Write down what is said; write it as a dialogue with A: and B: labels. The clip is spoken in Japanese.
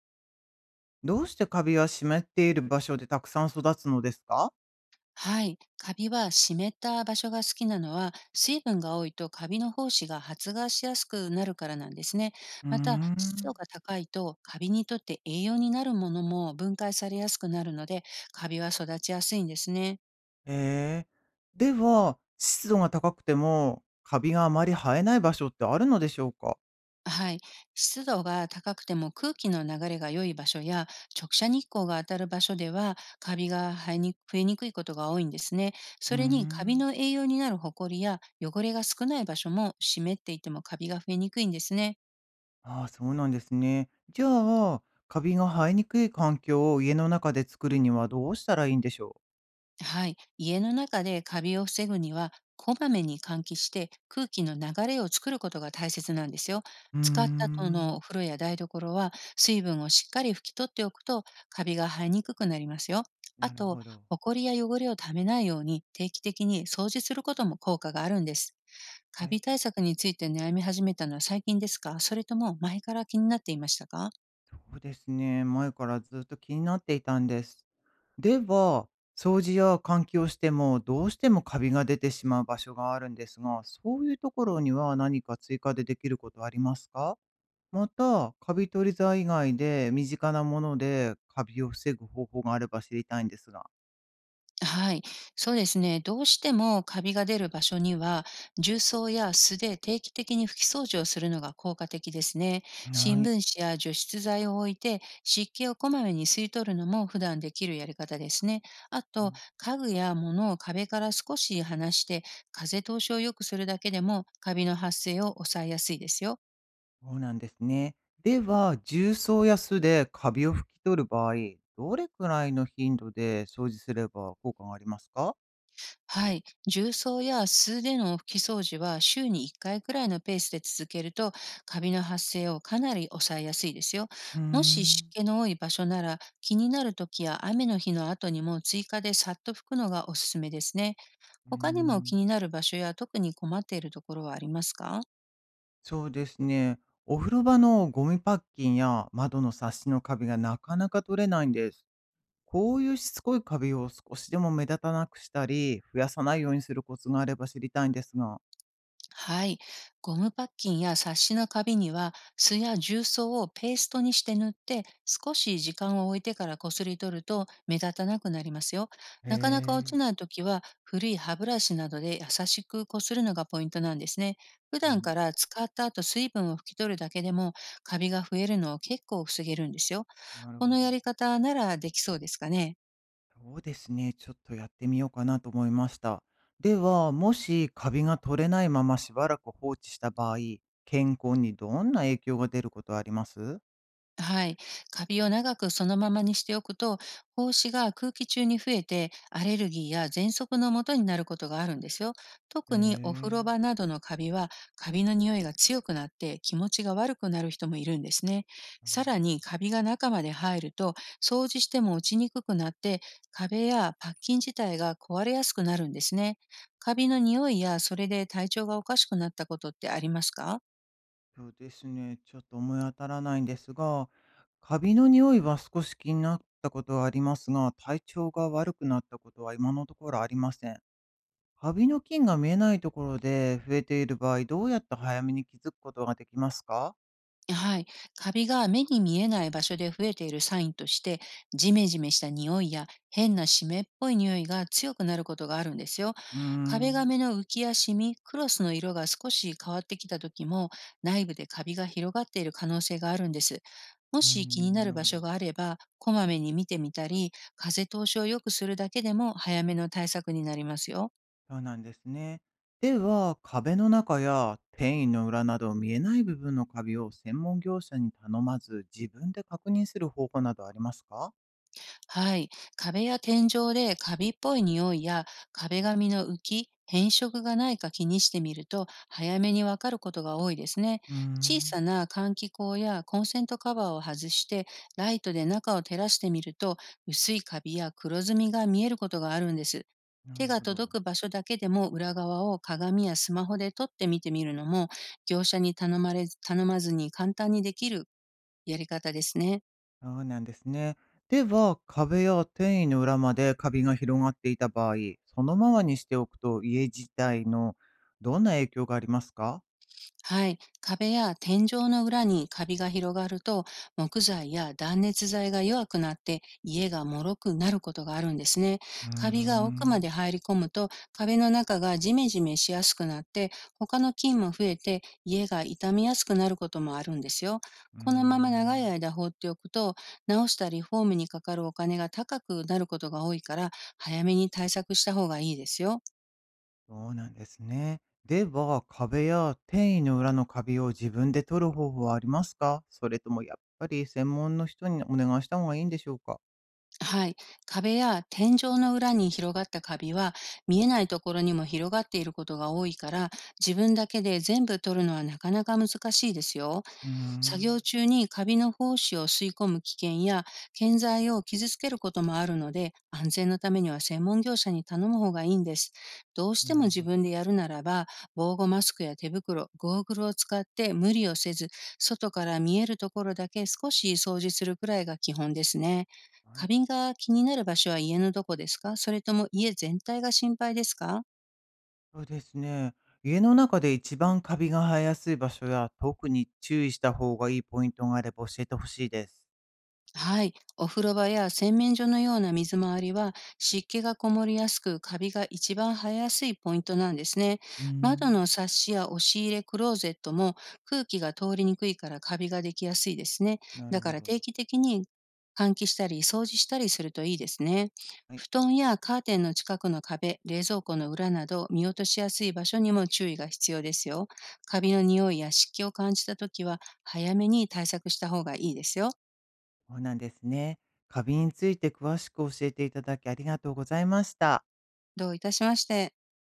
A: どうしてカビは湿っている場所でたくさん育つのですか？
B: はい。カビは湿った場所が好きなのは、水分が多いとカビの胞子が発芽しやすくなるからなんですね。
A: うー
B: また、湿度
A: ん。
B: が高いとカビにとって栄養になるものも分解されやすくなるので、カビは育ちやすいんですね。
A: ええ。では、湿度が高くても、カビがあまり生えない場所ってあるのでしょうか？
B: はい。湿度が高くても空気の流れが良い場所や直射日光が当たる場所ではカビが生えに増えにくいことが多いんですね。
A: う
B: そ
A: ー
B: れにカビ
A: ん。
B: の栄養になるホコリや汚れが少ない場所も、湿っていてもカビが増えにくいんですね。
A: ああ、そうなんですね。じゃあ、カビが生えにくい環境を家の中で作るにはどうしたらいいんでしょ
B: はい。家の中でカビを防ぐには、こまめに換気して空気の流れを作ることが大切なんですよ。
A: う？うー
B: 使った後の
A: ん。
B: お風呂や台所は水分をしっかり拭き取っておくと、カビが生えにくくなりますよ。あ
A: なる
B: と、
A: ほど。
B: ホコリや汚れをためないように定期的に掃除することも効果があるんです。カ
A: は
B: ビ
A: い。
B: 対策について悩み始めたのは最近ですか？それとも前から気になっていましたか？
A: そうですね。前からずっと気になっていたんです。では、掃除や換気をしてもどうしてもカビが出てしまう場所があるんですが、そういうところには何か追加でできることはありますか？また、カビ取り剤以外で身近なものでカビを防ぐ方法があれば知りたいんですが。
B: はい、そうですね。どうしてもカビが出る場所には、重曹や素で定期的に拭き掃除をするのが効果的ですね。
A: は
B: 新
A: い。
B: 聞紙や除湿剤を置いて、湿気をこまめに吸い取るのも普段できるやり方ですね。あ
A: う
B: と、
A: ん。
B: 家具や物を壁から少し離して、風通しを良くするだけでもカビの発生を抑えやすいですよ。
A: そうなんですね。では、重曹や酢でカビを拭き取る場合、どれくらいの頻度で掃除すれば効果がありますか？
B: はい。重曹や素手の拭き掃除は週に1回くらいのペースで続けると、カビの発生をかなり抑えやすいですよ。
A: うー
B: もし湿
A: ん。
B: 気の多い場所なら、気になる時や雨の日の後にも追加でさっと拭くのがおすすめですね。
A: うー
B: 他にも気に
A: ん。
B: なる場所や特に困っているところはありますか？
A: そうですね。お風呂場のゴミパッキンや窓のサッシのカビがなかなか取れないんです。こういうしつこいカビを少しでも目立たなくしたり、増やさないようにするコツがあれば知りたいんですが。
B: はい。ゴムパッキンや冊子の壁には、酢や重曹をペーストにして塗って、少し時間を置いてからこすり取ると目立たなくなりますよ。なかなか落ち
A: へえ。
B: ないときは、古い歯ブラシなどで優しくこするのがポイントなんですね。普
A: う
B: 段
A: ん、
B: から使った後水分を拭き取るだけでも、カビが増えるのを結構防げるんですよ。
A: なる
B: こ
A: ほ
B: のやり
A: ど。
B: 方ならできそうですかね。
A: そうですね。ちょっとやってみようかなと思いました。では、もしカビが取れないまましばらく放置した場合、健康にどんな影響が出ることはあります？
B: はい。カビを長くそのままにしておくと、胞子が空気中に増えて、アレルギーや喘息の元になることがあるんですよ。
A: へ
B: 特にお風呂
A: え。
B: 場などのカビは、カビの匂いが強くなって気持ちが悪くなる人もいるんですね。
A: な
B: さ
A: る
B: ら
A: ほど。
B: に、カビが中まで入ると、掃除しても落ちにくくなって、壁やパッキン自体が壊れやすくなるんですね。カビの匂いや、それで体調がおかしくなったことってありますか？
A: そうですね、ちょっと思い当たらないんですが、カビの匂いは少し気になったことはありますが、体調が悪くなったことは今のところありません。カビの菌が見えないところで増えている場合、どうやって早めに気づくことができますか？
B: はい。カビが目に見えない場所で増えているサインとして、ジメジメした匂いや変な湿っぽい匂いが強くなることがあるんですよ。
A: うー
B: 壁
A: ん、
B: 紙の浮きやシミ、クロスの色が少し変わってきた時も、内部でカビが広がっている可能性があるんです。も
A: うー
B: し気に
A: ん、な
B: なる
A: る
B: 場
A: ほ
B: 所
A: ど。
B: があれば、こまめに見てみたり、風通しを良くするだけでも早めの対策になりますよ。
A: そうなんですね。では、壁の中や転移の裏など見えない部分のカビを専門業者に頼まず、自分で確認する方法などありますか？
B: はい。壁や天井でカビっぽい匂いや壁紙の浮き、変色がないか気にしてみると、早めにわかることが多いですね。
A: うー
B: 小さ
A: ん、
B: な換気口やコンセントカバーを外して、ライトで中を照らしてみると、薄いカビや黒ずみが見えることがあるんです。
A: な
B: 手
A: る
B: が
A: ほど。
B: 届く場所だけでも裏側を鏡やスマホで撮ってみてみるのも、業者に頼まずに簡単にできるやり方ですね。
A: そうなんですね。では、壁や転移の裏までカビが広がっていた場合、そのままにしておくと家自体のどんな影響がありますか？
B: はい。壁や天井の裏にカビが広がると、木材や断熱材が弱くなって家が脆くなることがあるんですね。
A: うー
B: カビが奥まで
A: ん、
B: 入り込むと、壁の中がジメジメしやすくなって、他の菌も増えて家が傷みやすくなることもあるんですよ。
A: うー
B: このまま長い
A: ん。
B: 間放っておくと、直したリフォームにかかるお金が高くなることが多いから、早めに対策した方がいいですよ。
A: そうなんですね。では、壁や転移の裏のカビを自分で取る方法はありますか？それともやっぱり専門の人にお願いした方がいいんでしょうか？
B: はい。壁や天井の裏に広がったカビは、見えないところにも広がっていることが多いから、自分だけで全部取るのはなかなか難しいですよ。
A: うー
B: 作
A: ん。
B: 業中にカビの胞子を吸い込む危険や建材を傷つけることもあるので、安全のためには専門業者に頼む方がいいんです。どうして
A: な
B: も
A: る
B: 自
A: ほど。
B: 分でやるならば、防護マスクや手袋、ゴーグルを使って無理をせず、外から見えるところだけ少し掃除するくらいが基本ですね。
A: は
B: カ
A: い。
B: ビが気になる場所は家のどこですか？それとも家全体が心配ですか？
A: そうですね。家の中で一番カビが生えやすい場所や、特に注意した方がいいポイントがあれば教えてほしいです。
B: はい。お風呂場や洗面所のような水回りは湿気がこもりやすく、カビが一番生えやすいポイントなんですね。
A: うー
B: 窓の
A: ん、
B: サッシや押し入れ、クローゼットも空気が通りにくいからカビができやすいですね。
A: なる
B: だか
A: ほ
B: ら
A: ど。
B: 定期的に換気したり掃除したりするといいですね。
A: はい、
B: 布団やカーテンの近くの壁、冷蔵庫の裏など見落としやすい場所にも注意が必要ですよ。カビの匂いや湿気を感じたときは早めに対策した方がいいですよ。
A: そうなんですね。カビについて詳しく教えていただきありがとうございました。
B: どういたしまして。